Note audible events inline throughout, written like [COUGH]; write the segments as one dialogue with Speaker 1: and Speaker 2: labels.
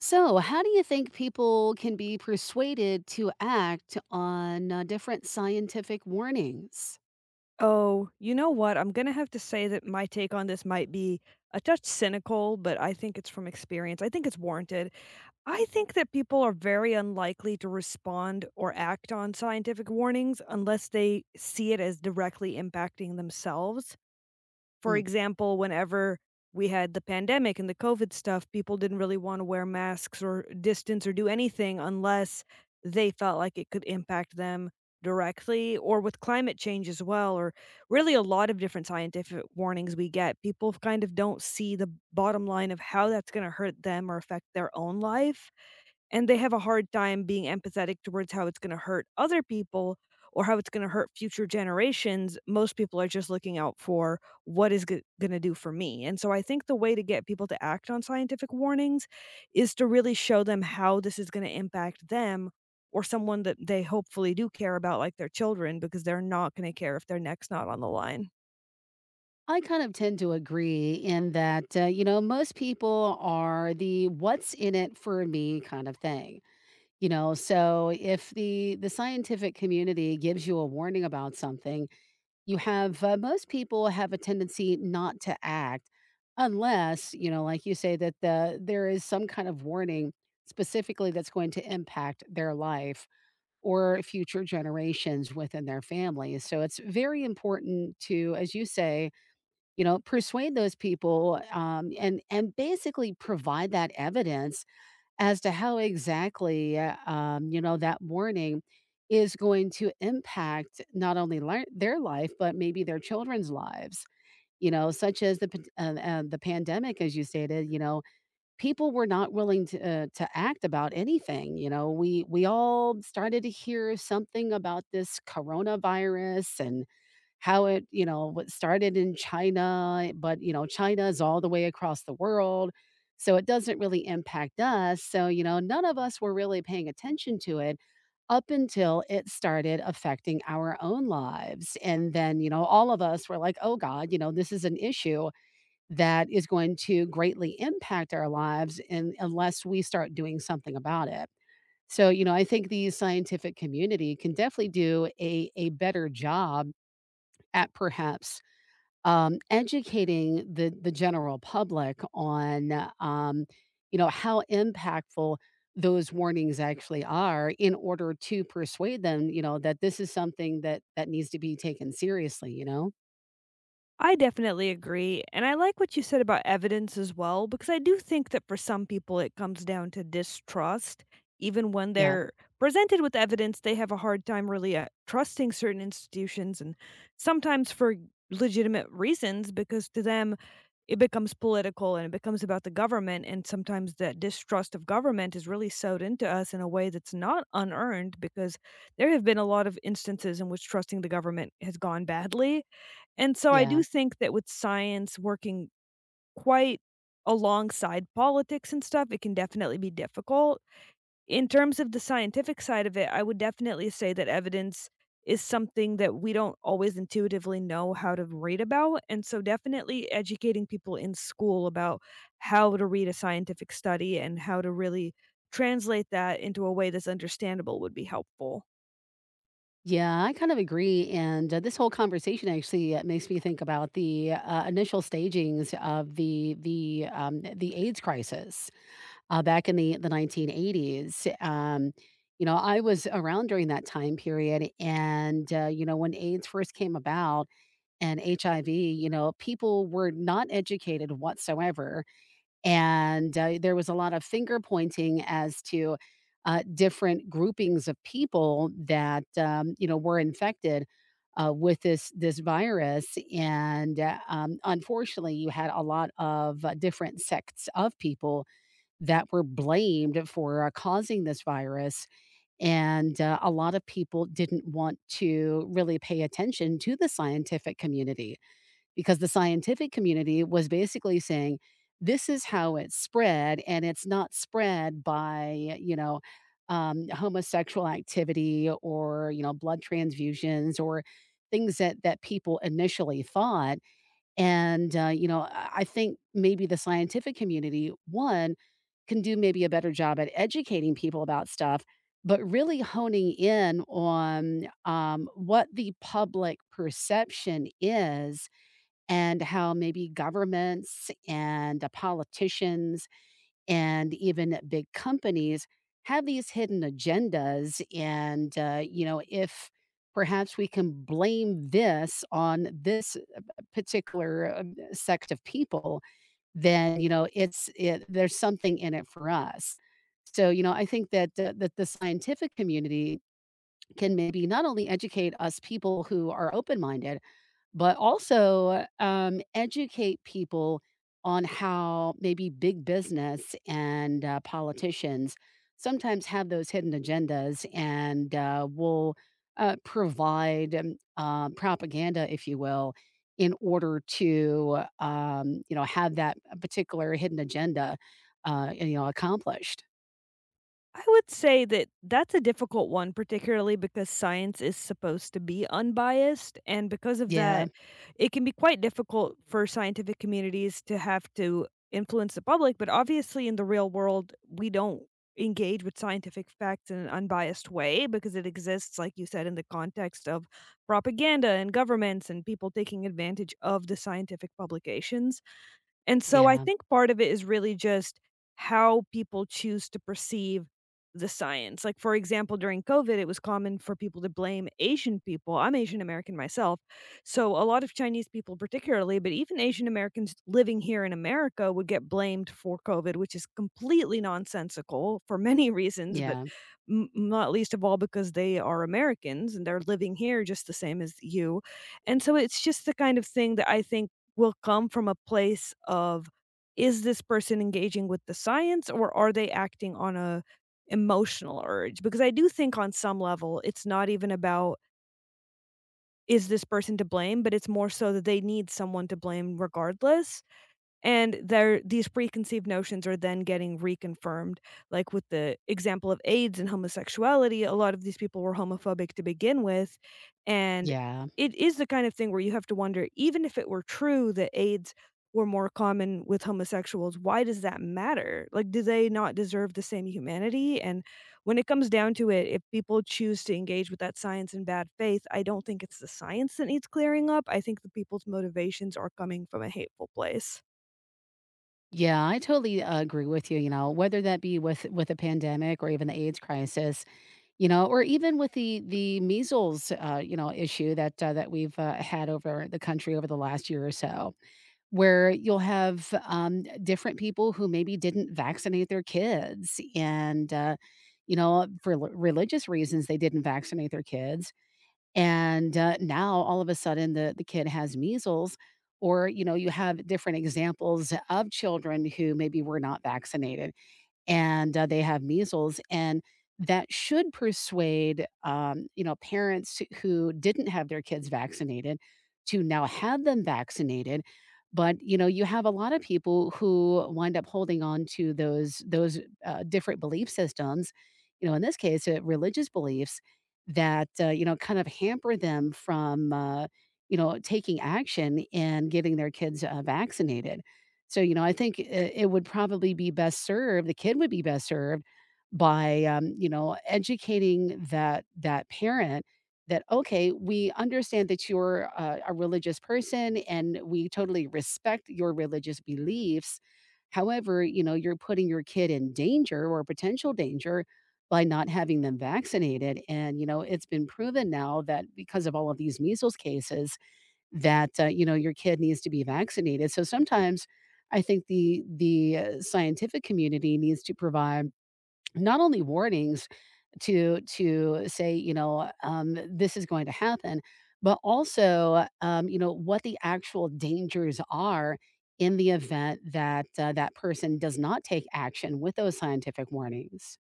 Speaker 1: So, how do you think people can be persuaded to act on different scientific warnings?
Speaker 2: Oh, you know what? I'm gonna have to say that my take on this might be a touch cynical, but I think it's from experience. I think it's warranted. I think that people are very unlikely to respond or act on scientific warnings unless they see it as directly impacting themselves. For
Speaker 1: Mm,
Speaker 2: example, whenever we had the pandemic and the COVID stuff, people didn't really wanna wear masks or distance or do anything unless they felt like it could impact them directly, or with climate change as well, or really a lot of different scientific warnings we get. People kind of don't see the bottom line of how that's gonna hurt them or affect their own life, and they have a hard time being empathetic towards how it's gonna hurt other people or how it's gonna hurt future generations. Most people are just looking out for what is gonna do for me, and so I think the way to get people to act on scientific warnings is to really show them how this is gonna impact them or someone that they hopefully do care about, like their children, because they're not gonna care if their neck's not on the line.
Speaker 1: I kind of tend to agree in that, you know, most people are the what's in it for me kind of thing. You know, so if the scientific community gives you a warning about something, you have most people have a tendency not to act unless, you know, like you say, that there is some kind of warning specifically that's going to impact their life or future generations within their families. So it's very important to, as you say, you know, persuade those people, and basically provide that evidence as to how exactly, you know, that warning is going to impact not only lear their life, but maybe their children's lives, you know, such as the pandemic, as you stated, you know, people were not willing to act about anything. You know, we all started to hear something about this coronavirus and how it, you know, what started in China, but, you know, China is all the way across the world. So it doesn't really impact us. So, you know, none of us were really paying attention to it up until it started affecting our own lives. And then, you know, all of us were like, oh God, you know, this is an issue that is going to greatly impact our lives and unless we start doing something about it. So, you know, I think the scientific community can definitely do a better job at perhaps educating the general public on, you know, how impactful those warnings actually are in order to persuade them, you know, that this is something that needs to be taken seriously, you know.
Speaker 2: I definitely agree. And I like what you said about evidence as well, because I do think that for some people it comes down to distrust. Even when
Speaker 1: Yeah,
Speaker 2: they're presented with evidence, they have a hard time really trusting certain institutions and sometimes for legitimate reasons, because to them it becomes political and it becomes about the government. And sometimes that distrust of government is really sewed into us in a way that's not unearned, because there have been a lot of instances in which trusting the government has gone badly, and so I
Speaker 1: yeah,
Speaker 2: do think that with science working quite alongside politics and stuff, it can definitely be difficult. In terms of the scientific side of it, I would definitely say that evidence is something that we don't always intuitively know how to read about. And so definitely educating people in school about how to read a scientific study and how to really translate that into a way that's understandable would be helpful.
Speaker 1: yeah, I kind of agree. And this whole conversation actually makes me think about the initial stagings of the AIDS crisis back in the 1980s. You know, I was around during that time period, and you know, when AIDS first came about and HIV, you know, people were not educated whatsoever, and there was a lot of finger pointing as to, different groupings of people that, you know, were infected with this virus. And unfortunately, you had a lot of different sects of people that were blamed for causing this virus. And a lot of people didn't want to really pay attention to the scientific community, because the scientific community was basically saying, this is how it's spread, and it's not spread by, you know, homosexual activity or, you know, blood transfusions or things that people initially thought. And, you know, I think maybe the scientific community, one, can do maybe a better job at educating people about stuff, but really honing in on, what the public perception is and how maybe governments and, politicians and even big companies have these hidden agendas. And, you know, if perhaps we can blame this on this, particular, sect of people, then, you know, there's something in it for us. So, you know, I think that, that the scientific community can maybe not only educate us people who are open minded, but also, educate people on how maybe big business and, politicians sometimes have those hidden agendas and, will, provide, propaganda, if you will, in order to, you know, have that particular hidden agenda, you know, accomplished.
Speaker 2: I would say that that's a difficult one, particularly because science is supposed to be unbiased. And because of
Speaker 1: Yeah,
Speaker 2: that, it can be quite difficult for scientific communities to have to influence the public. But obviously, in the real world, we don't engage with scientific facts in an unbiased way, because it exists, like you said, in the context of propaganda and governments and people taking advantage of the scientific publications. And so I
Speaker 1: yeah,
Speaker 2: think part of it is really just how people choose to perceive the science. Like, for example, during COVID, it was common for people to blame Asian people. I'm Asian American myself. So, a lot of Chinese people, particularly, but even Asian Americans living here in America would get blamed for COVID, which is completely nonsensical for many [LAUGHS] reasons, but
Speaker 1: yeah,
Speaker 2: not least of all because they are Americans and they're living here just the same as you. And so, it's just the kind of thing that I think will come from a place of, "Is this person engaging with the science, or are they acting on a emotional urge?" Because I do think on some level, it's not even about, "Is this person to blame?" But it's more so that they need someone to blame regardless. And there these preconceived notions are then getting reconfirmed, like with the example of AIDS and homosexuality. A lot of these people were homophobic to begin with, and
Speaker 1: yeah.
Speaker 2: it is the kind of thing where you have to wonder, even if it were true that AIDS were more common with homosexuals, why does that matter? Like, do they not deserve the same humanity? And when it comes down to it, if people choose to engage with that science in bad faith, I don't think it's the science that needs clearing up. I think the people's motivations are coming from a hateful place.
Speaker 1: Yeah, I totally agree with you. You know, whether that be with a pandemic or even the AIDS crisis, you know, or even with the measles, you know, issue that that we've had over the country over the last year or so, where you'll have, different people who maybe didn't vaccinate their kids, and, you know, for religious reasons, they didn't vaccinate their kids, and, now all of a sudden the kid has measles. Or, you know, you have different examples of children who maybe were not vaccinated and, they have measles, and that should persuade, you know, parents who didn't have their kids vaccinated to now have them vaccinated. But, you know, you have a lot of people who wind up holding on to those different belief systems, you know, in this case, religious beliefs that, you know, kind of hamper them from, you know, taking action and getting their kids, vaccinated. So, you know, I think I it would probably be best served, the kid would be best served by, you know, educating that parent that, "Okay, we understand that you're a religious person, and we totally respect your religious beliefs. However, you know, you're putting your kid in danger or potential danger by not having them vaccinated." And, you know, it's been proven now that because of all of these measles cases that, you know, your kid needs to be vaccinated. So sometimes I think the scientific community needs to provide not only warnings, to say, you know, this is going to happen, but also, you know, what the actual dangers are in the event that that person does not take action with those scientific warnings.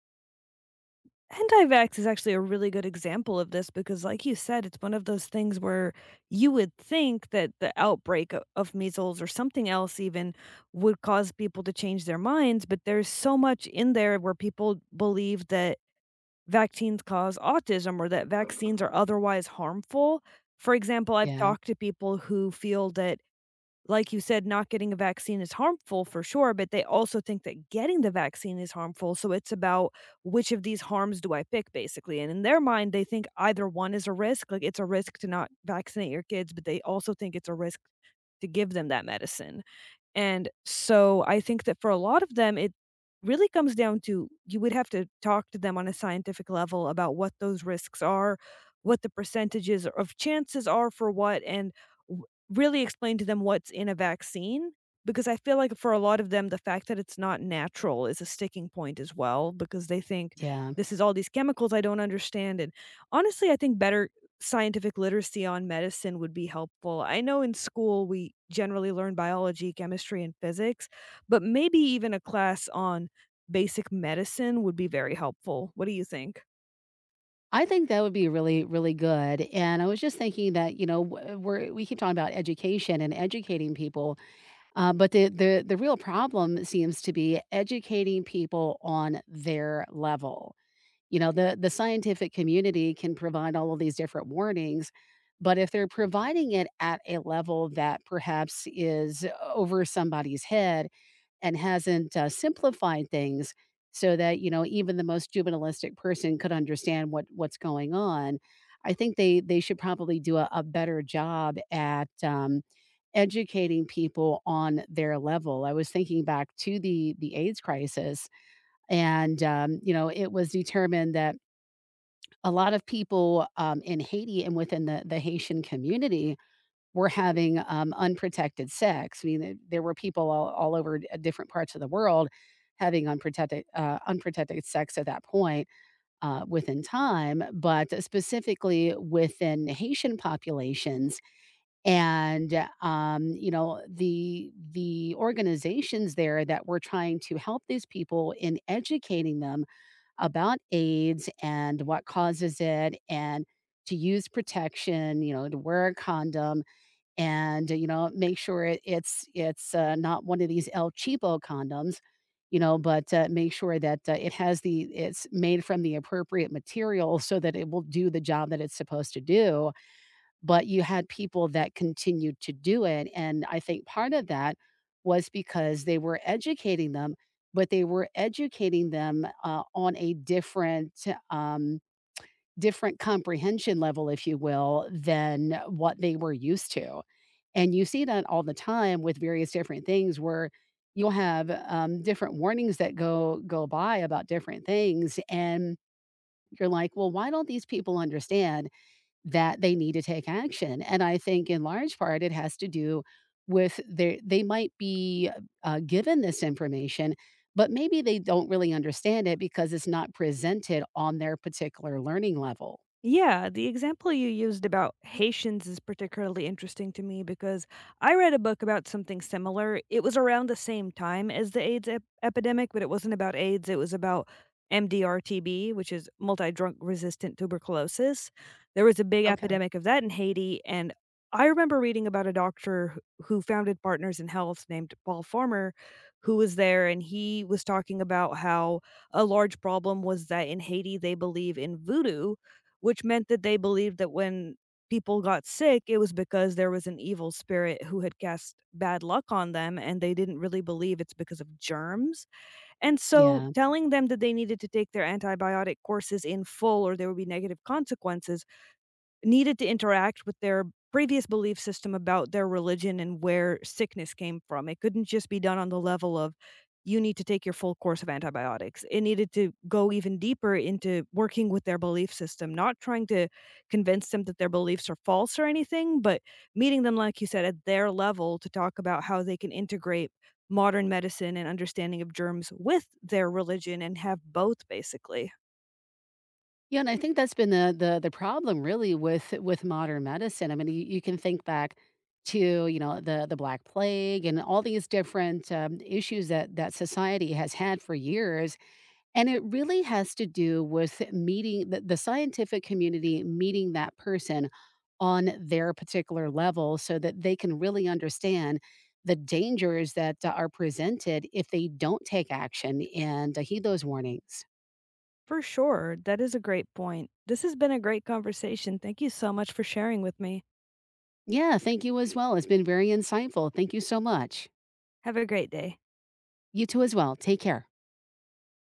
Speaker 2: Anti-vax is actually a really good example of this because, like you said, it's one of those things where you would think that the outbreak of measles or something else even would cause people to change their minds, but there's so much in there where people believe that vaccines cause autism or that vaccines are otherwise harmful. For example, I've
Speaker 1: Yeah.
Speaker 2: talked to people who feel that, like you said, not getting a vaccine is harmful for sure, but they also think that getting the vaccine is harmful. So it's about which of these harms do I pick, basically. And in their mind, they think either one is a risk. Like, it's a risk to not vaccinate your kids, but they also think it's a risk to give them that medicine. And so I think that for a lot of them, it really comes down to you would have to talk to them on a scientific level about what those risks are, what the percentages of chances are for what, and really explain to them what's in a vaccine. Because I feel like for a lot of them, the fact that it's not natural is a sticking point as well, because they think
Speaker 1: Yeah.
Speaker 2: this is all these chemicals I don't understand. And honestly, I think better scientific literacy on medicine would be helpful. I know in school we generally learn biology, chemistry, and physics, but maybe even a class on basic medicine would be very helpful. What do you think?
Speaker 1: I think that would be really, really good, and I was just thinking that, you know, w we're we keep talking about education and educating people, but the real problem seems to be educating people on their level. You know, the scientific community can provide all of these different warnings, but if they're providing it at a level that perhaps is over somebody's head and hasn't, simplified things so that, you know, even the most juvenilistic person could understand what's going on. I think they should probably do a better job at, educating people on their level. I was thinking back to the AIDS crisis, and, you know, it was determined that a lot of people, in Haiti and within the Haitian community were having, unprotected sex. I mean, th there were people all over, different parts of the world having unprotected, unprotected sex at that point, within time, but specifically within Haitian populations. And, you know, the organizations there that were trying to help these people in educating them about AIDS and what causes it and to use protection, you know, to wear a condom, and, you know, make sure it's not one of these El Cheapo condoms, you know, but, make sure that, it's made from the appropriate material so that it will do the job that it's supposed to do. But you had people that continued to do it, and I think part of that was because they were educating them, but they were educating them, on a different, um different comprehension level, if you will, than what they were used to. And you see that all the time with various different things where you'll have, different warnings that go by about different things, and you're like, "Well, why don't these people understand that they need to take action?" And I think in large part it has to do with their, they might be, given this information, but maybe they don't really understand it because it's not presented on their particular learning level.
Speaker 2: Yeah, the example you used about Haitians is particularly interesting to me, because I read a book about something similar. It was around the same time as the AIDS epidemic, but it wasn't about AIDS. It was about MDR-TB, which is multi-drug resistant tuberculosis. There was a big
Speaker 1: Okay.
Speaker 2: epidemic of that in Haiti, and I remember reading about a doctor who founded Partners in Health named Paul Farmer, who was there, and he was talking about how a large problem was that in Haiti they believe in voodoo, which meant that they believed that when people got sick, it was because there was an evil spirit who had cast bad luck on them, and they didn't really believe it's because of germs. And so
Speaker 1: Yeah.
Speaker 2: telling them that they needed to take their antibiotic courses in full or there would be negative consequences needed to interact with their previous belief system about their religion and where sickness came from. It couldn't just be done on the level of, "You need to take your full course of antibiotics." It needed to go even deeper into working with their belief system, not trying to convince them that their beliefs are false or anything, but meeting them, like you said, at their level to talk about how they can integrate modern medicine and understanding of germs with their religion and have both, basically.
Speaker 1: Yeah, and I think that's been the problem really with modern medicine. I mean, you can think back to, you know, the Black Plague and all these different, issues that that society has had for years, and it really has to do with meeting the scientific community meeting that person on their particular level so that they can really understand the dangers that are presented if they don't take action and heed those warnings.
Speaker 2: For sure. That is a great point. This has been a great conversation. Thank you so much for sharing with me.
Speaker 1: Yeah, thank you as well. It's been very insightful. Thank you so much.
Speaker 2: Have a great day.
Speaker 1: You too as well. Take care.